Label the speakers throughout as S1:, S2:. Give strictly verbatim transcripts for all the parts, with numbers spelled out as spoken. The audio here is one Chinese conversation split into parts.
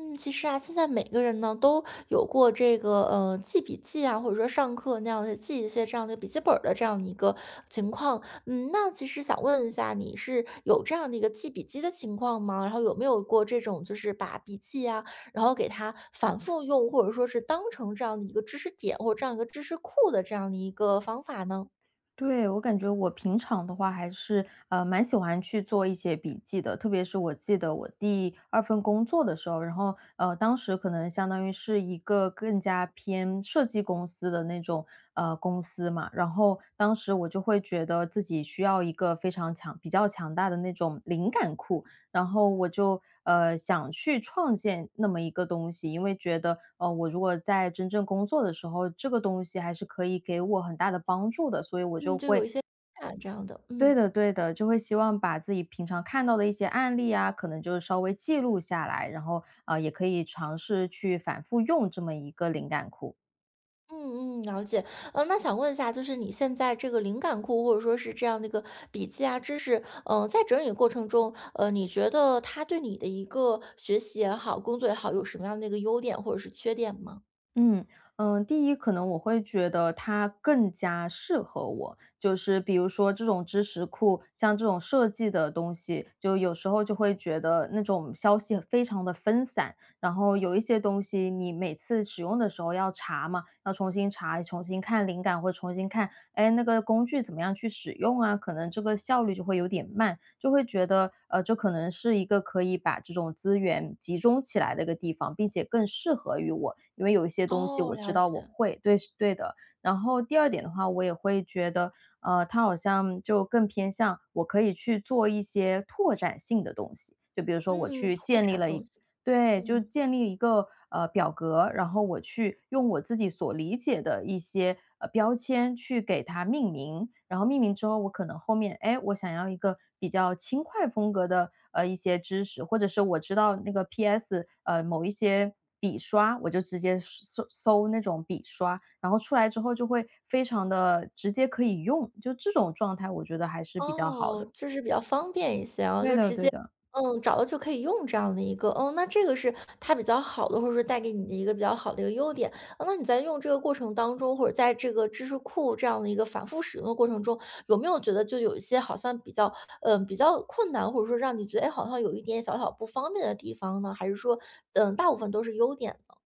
S1: 嗯，其实啊，现在每个人呢都有过这个呃记笔记啊，或者说上课那样的记一些这样的笔记本儿的这样的一个情况。嗯，那其实想问一下，你是有这样的一个记笔记的情况吗？然后有没有过这种就是把笔记啊，然后给它反复用，或者说是当成这样的一个知识点或者这样一个知识库的这样的一个方法呢？
S2: 对，我感觉我平常的话还是呃蛮喜欢去做一些笔记的，特别是我记得我第二份工作的时候，然后呃当时可能相当于是一个更加偏设计公司的那种呃公司嘛，然后当时我就会觉得自己需要一个非常强、比较强大的那种灵感库，然后我就呃想去创建那么一个东西，因为觉得呃我如果在真正工作的时候，这个东西还是可以给我很大的帮助的，所以我
S1: 嗯，
S2: 就
S1: 就有
S2: 会。
S1: 一些啊这样的，
S2: 对
S1: 嗯。
S2: 的对的，就会希望把自己平常看到的一些案例啊，可能就稍微记录下来，然后啊也可以尝试去反复用这么一个灵感库。
S1: 嗯嗯，了解。嗯，那想问一下，就是你现在这个灵感库，或者说是这样的一个笔记啊、知识，嗯、在整理过程中，呃，你觉得它对你的一个学习也好、工作也好，有什么样的一个优点或者是缺点吗？
S2: 嗯，嗯，第一可能我会觉得它更加适合我，就是比如说这种知识库，像这种设计的东西，就有时候就会觉得那种消息非常的分散，然后有一些东西你每次使用的时候要查嘛，要重新查，重新看灵感或重新看哎，那个工具怎么样去使用啊，可能这个效率就会有点慢，就会觉得，呃，这可能是一个可以把这种资源集中起来的一个地方，并且更适合于我，因为有一些东西
S1: 哦，
S2: 我知
S1: 了
S2: 道我
S1: 解。
S2: 会，对，是对的。然后第二点的话，我也会觉得，呃，它好像就更偏向我可以去做一些拓展性的东西，就比如说我
S1: 嗯，
S2: 去
S1: 拓
S2: 建立
S1: 展
S2: 了
S1: 东
S2: 一。
S1: 西。
S2: 对，就
S1: 嗯。
S2: 建立一个呃表格，然后我去用我自己所理解的一些呃标签去给它命名，然后命名之后，我可能后面哎，我想要一个比较轻快风格的呃一些知识，或者是我知道那个 P S 呃某一些笔刷，我就直接搜搜那种笔刷，然后出来之后就会非常的直接可以用，就这种状态，我觉得还是比较好
S1: 哦，
S2: 的。
S1: 就是比较方便一些啊，
S2: 对
S1: 就
S2: 的，
S1: 直
S2: 对
S1: 接，
S2: 的。
S1: 嗯，找到就可以用这样的一个，嗯，那这个是它比较好的，或者说带给你的一个比较好的一个优点。啊那你在用这个过程当中，或者在这个知识库这样的一个反复使用的过程中，有没有觉得就有一些好像比较，嗯，比较困难，或者说让你觉得，哎，好像有一点小小不方便的地方呢？还是说，嗯，大部分都是优点呢？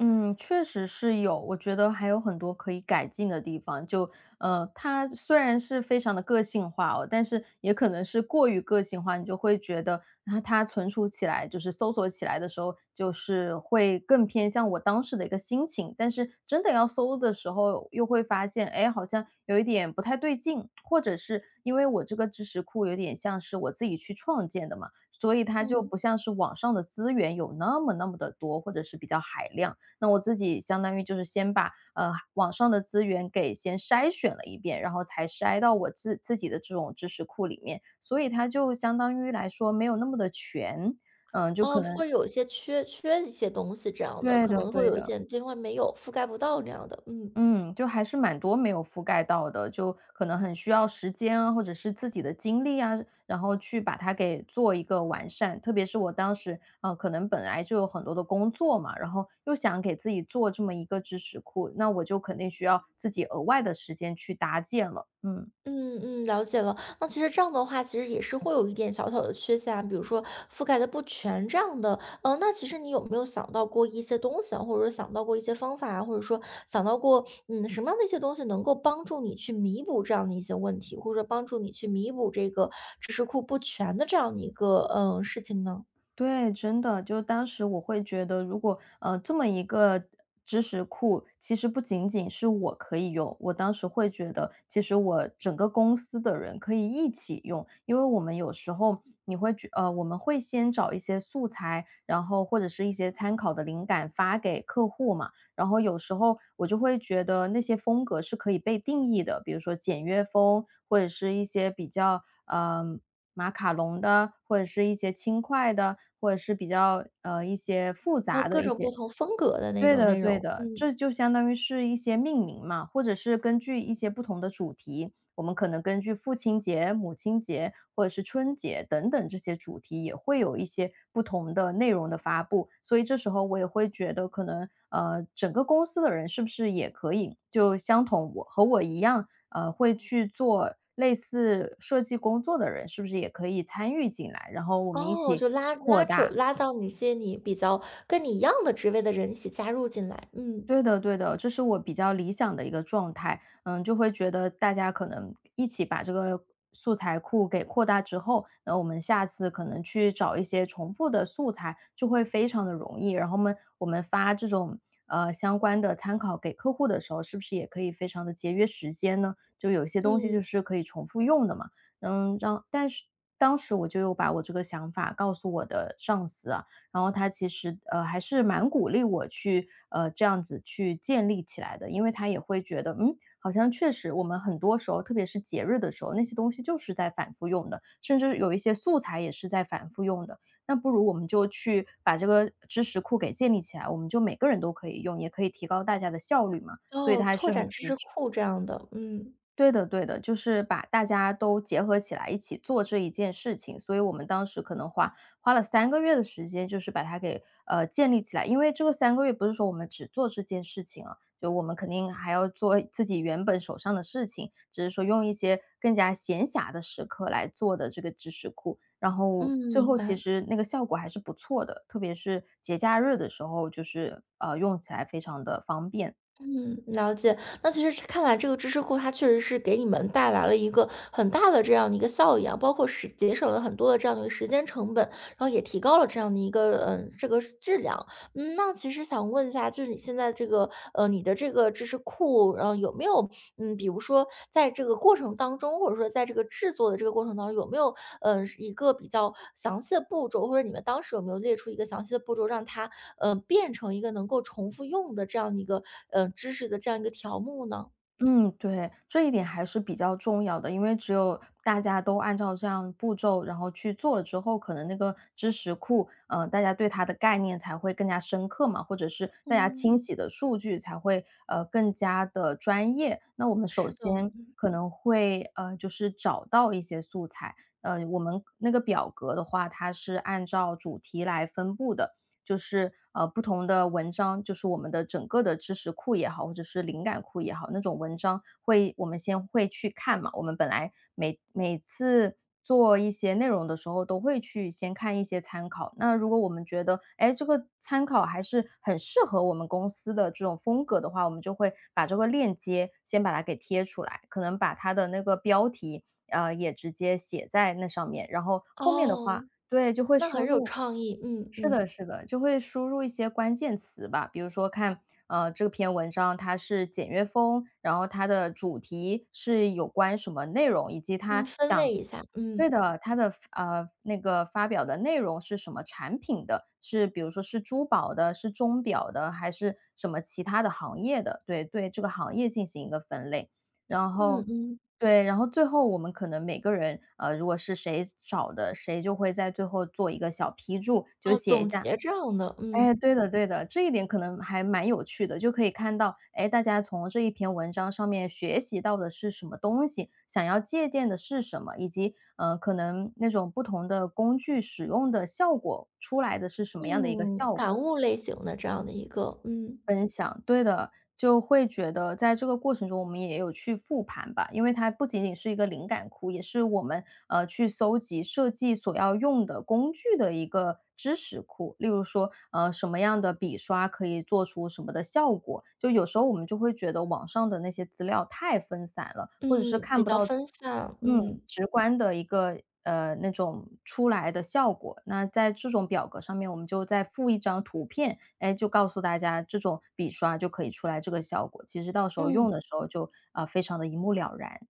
S2: 嗯，确实是有，我觉得还有很多可以改进的地方。就呃，它虽然是非常的个性化哦，但是也可能是过于个性化，你就会觉得啊，它存储起来，就是搜索起来的时候，就是会更偏向我当时的一个心情。但是真的要搜的时候，又会发现，哎，好像有一点不太对劲，或者是因为我这个知识库有点像是我自己去创建的嘛，所以它就
S1: 嗯，
S2: 不像是网上的资源有那么那么的多，或者是比较海量。那我自己相当于就是先把呃网上的资源给先筛选了一遍，然后才筛到我自自己的这种知识库里面，所以它就相当于来说没有那么的全，嗯，就可
S1: 哦，
S2: 能
S1: 会有一些缺缺一些东西这样的，
S2: 对
S1: 可
S2: 的
S1: 能会
S2: 对
S1: 有一
S2: 的。
S1: 些地方没有覆盖不到这样的，嗯。
S2: 嗯，就还是蛮多没有覆盖到的，就可能很需要时间啊，或者是自己的精力啊，然后去把它给做一个完善。特别是我当时，呃，可能本来就有很多的工作嘛，然后又想给自己做这么一个知识库，那我就肯定需要自己额外的时间去搭建了。嗯。
S1: 嗯嗯，了解了。那其实这样的话，其实也是会有一点小小的缺陷啊，比如说覆盖的不全这样的。嗯、那其实你有没有想到过一些东西啊，或者说想到过一些方法啊，或者说想到过嗯什么样的一些东西能够帮助你去弥补这样的一些问题，或者说帮助你去弥补这个知识库不全的这样的一个嗯事情呢？
S2: 对，真的，就当时我会觉得，如果呃这么一个知识库，其实不仅仅是我可以用，我当时会觉得，其实我整个公司的人可以一起用，因为我们有时候你会觉呃，我们会先找一些素材，然后或者是一些参考的灵感发给客户嘛，然后有时候我就会觉得那些风格是可以被定义的，比如说简约风，或者是一些比较嗯、呃马卡龙的，或者是一些轻快的，或者是比较，呃，一些复
S1: 然后
S2: 杂的
S1: 各
S2: 一
S1: 种不
S2: 些。
S1: 同风格的那
S2: 对
S1: 种
S2: 的
S1: 内
S2: 对
S1: 容，
S2: 的，
S1: 嗯。
S2: 这就相当于是一些命名嘛，或者是根据一些不同的主题，我们可能根据父亲节、母亲节或者是春节等等这些主题，也会有一些不同的内容的发布。所以这时候我也会觉得，可能呃，整个公司的人是不是也可以就相同我和我一样，呃，会去做类似设计工作的人，是不是也可以参与进来，然后我们一
S1: 哦，
S2: 起
S1: 就拉
S2: 扩
S1: 拉扯
S2: 大。
S1: 拉到你一些你比较跟你一样的职位的人一起加入进来，嗯。
S2: 对的对的，这是我比较理想的一个状态。嗯，就会觉得大家可能一起把这个素材库给扩大之后，那我们下次可能去找一些重复的素材，就会非常的容易。然后们我们发这种，呃，相关的参考给客户的时候，是不是也可以非常的节约时间呢？就有些东西
S1: 嗯，
S2: 就是可以重复用的嘛。嗯，让但是当时我就有把我这个想法告诉我的上司，啊。然后他其实，呃，还是蛮鼓励我去，呃，这样子去建立起来的。因为他也会觉得，嗯，好像确实我们很多时候，特别是节日的时候，那些东西就是在反复用的，甚至有一些素材也是在反复用的。那不如我们就去把这个知识库给建立起来，我们就每个人都可以用，也可以提高大家的效率嘛。所以
S1: 哦，
S2: 他还
S1: 拓
S2: 是
S1: 展
S2: 很
S1: 知
S2: 支
S1: 识
S2: 持。
S1: 库这样的，嗯。
S2: 对的对的，就是把大家都结合起来一起做这一件事情，所以我们当时可能花花了三个月的时间，就是把它给，呃，建立起来。因为这个三个月不是说我们只做这件事情啊，就我们肯定还要做自己原本手上的事情，只是说用一些更加闲暇的时刻来做的这个知识库。然后
S1: 嗯，
S2: 最
S1: 明
S2: 后其
S1: 白，
S2: 实那个效果还是不错的，特别是节假日的时候，就是，呃，用起来非常的方便。
S1: 嗯，了解。那其实看来这个知识库它确实是给你们带来了一个很大的这样的一个效益啊，包括是节省了很多的这样的一个时间成本，然后也提高了这样的一个嗯这个质量。嗯，那其实想问一下，就是你现在这个，呃，你的这个知识库，然后有没有，嗯，比如说在这个过程当中，或者说在这个制作的这个过程当中，有没有，呃，一个比较详细的步骤，或者你们当时有没有列出一个详细的步骤，让它，呃，变成一个能够重复用的这样的一个，呃，知识的这样一个条目呢？
S2: 嗯，对，这一点还是比较重要的，因为只有大家都按照这样步骤，然后去做了之后，可能那个知识库，呃，大家对它的概念才会更加深刻嘛，或者是大家
S1: 嗯，
S2: 清洗的数据才会呃更加的专业。那我们首
S1: 是的，
S2: 先可能会呃就是找到一些素材，呃，我们那个表格的话，它是按照主题来分布的，就是呃不同的文章，就是我们的整个的知识库也好，或者是灵感库也好，那种文章会我们先会去看嘛。我们本来每每次做一些内容的时候，都会去先看一些参考。那如果我们觉得，哎，这个参考还是很适合我们公司的这种风格的话，我们就会把这个链接先把它给贴出来，可能把它的那个标题呃也直接写在那上面，然后后面的
S1: 哦，
S2: 话，对，就会
S1: 那很
S2: 输
S1: 有
S2: 入。
S1: 创意，嗯
S2: 是的，
S1: 嗯
S2: 是的，就会输入一些关键词吧，比如说看，呃，这篇文章它是简约风，然后它的主题是有关什么内容，以及
S1: 嗯，
S2: 它
S1: 分类
S2: 想。
S1: 一下，
S2: 对
S1: 嗯
S2: 的，它的呃那个发表的内容是什么产品的，是比如说是珠宝的，是钟表的，还是什么其他的行业的，对对，这个行业进行一个分类，然
S1: 嗯
S2: 后
S1: 嗯，
S2: 对，然后最后我们可能每个人，呃，如果是谁找的，谁就会在最后做一个小批注，就
S1: 哦，
S2: 写一
S1: 总
S2: 下，
S1: 结这样的，嗯。
S2: 哎，对的对的，这一点可能还蛮有趣的，就可以看到，哎，大家从这一篇文章上面学习到的是什么东西，想要借鉴的是什么，以及，呃，可能那种不同的工具使用的效果出来的是什么样的一个
S1: 嗯，
S2: 效
S1: 感
S2: 果。
S1: 悟类型的这样的一个，嗯，
S2: 分享，对的，就会觉得在这个过程中，我们也有去复盘吧，因为它不仅仅是一个灵感库，也是我们呃去搜集设计所要用的工具的一个知识库。例如说，呃，什么样的笔刷可以做出什么的效果，就有时候我们就会觉得网上的那些资料太分散了，
S1: 嗯，
S2: 或者是
S1: 比
S2: 看不
S1: 较
S2: 到
S1: 分散，嗯，
S2: 嗯，直观的一个，呃，那种出来的效果。那在这种表格上面，我们就再附一张图片，哎，就告诉大家这种笔刷就可以出来这个效果。其实到时候用
S1: 嗯。
S2: 的时候就啊，呃，非常的一目了然。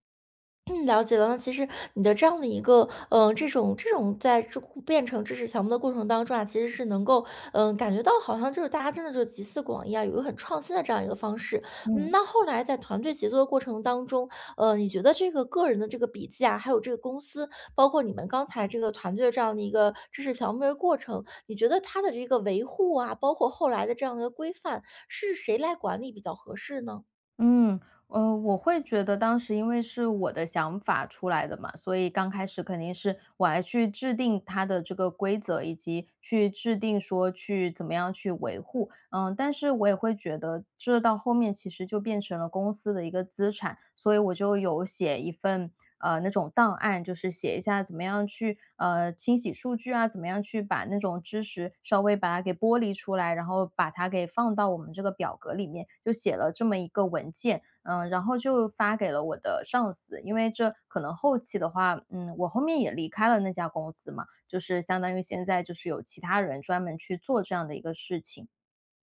S1: 嗯，了解了。那其实你的这样的一个，嗯、这种这种在这变成知识条目的过程当中啊，其实是能够，嗯、感觉到好像就是大家真的就是集思广益啊，有一个很创新的这样一个方式。嗯，
S2: 嗯，
S1: 那后来在团队协作的过程当中，呃，你觉得这个个人的这个笔记啊，还有这个公司，包括你们刚才这个团队的这样的一个知识条目的过程，你觉得它的这个维护啊，包括后来的这样的一个规范，是谁来管理比较合适呢？
S2: 嗯，呃，我会觉得当时因为是我的想法出来的嘛，所以刚开始肯定是我来去制定它的这个规则，以及去制定说去怎么样去维护。嗯，但是我也会觉得这到后面其实就变成了公司的一个资产，所以我就有写一份，呃，那种档案，就是写一下怎么样去，呃，清洗数据啊，怎么样去把那种知识稍微把它给剥离出来，然后把它给放到我们这个表格里面，就写了这么一个文件，嗯，然后就发给了我的上司，因为这可能后期的话，嗯，我后面也离开了那家公司嘛，就是相当于现在就是有其他人专门去做这样的一个事情。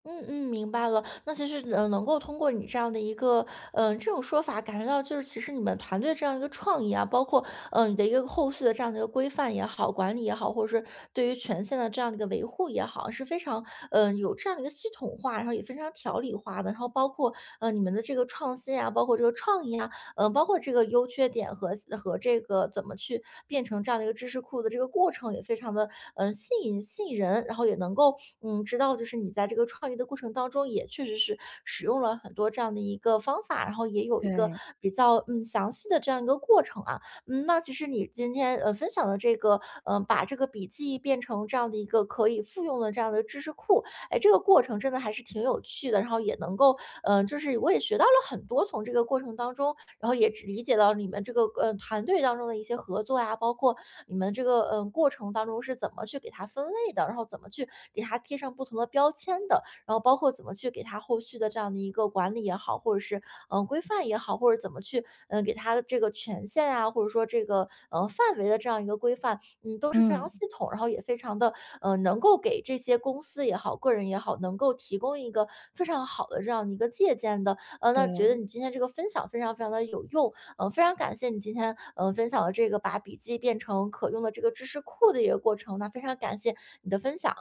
S1: 嗯嗯，明白了。那其实，呃，能够通过你这样的一个，嗯，这种说法，感觉到就是其实你们团队这样一个创意啊，包括，呃，你的一个后续的这样的一个规范也好，管理也好，或者是对于权限的这样的一个维护也好，是非常，嗯，有这样的一个系统化，然后也非常条理化的。然后包括，呃，你们的这个创新啊，包括这个创意啊，嗯，呃包括这个优缺点和和这个怎么去变成这样的一个知识库的这个过程也非常的嗯呃吸引吸引人，然后也能够嗯知道就是你在这个创业的过程当中也确实是使用了很多这样的一个方法，然后也有一个
S2: 对，
S1: 比较嗯详细的这样一个过程啊。嗯，那其实你今天呃分享的这个嗯、呃把这个笔记变成这样的一个可以复用的这样的知识库，哎，这个过程真的还是挺有趣的，然后也能够，嗯、就是我也学到了很多从这个过程当中，然后也只理解到你们这个嗯，团队当中的一些合作呀，包括你们这个嗯、呃过程当中是怎么去给它分类的，然后怎么去给它贴上不同的标签的，然后包括怎么去给它后续的这样的一个管理也好，或者是嗯、呃规范也好，或者怎么去嗯、呃给它这个权限啊，或者说这个嗯、呃范围的这样一个规范，嗯，都是非常
S2: 嗯，
S1: 系统，然后也非常的，呃，能够给这些公司也好，个人也好，能够提供一个非常好的这样的一个借鉴的。呃，那觉得
S2: 对，
S1: 你今天这个分享非常非常的有用，呃，非常感谢你今天，呃，分享的这个把笔记变成可用的这个知识库的一个过程，那非常感谢你的分享。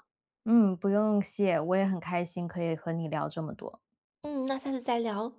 S2: 嗯，不用谢，我也很开心可以和你聊这么多。
S1: 嗯，那下次再聊。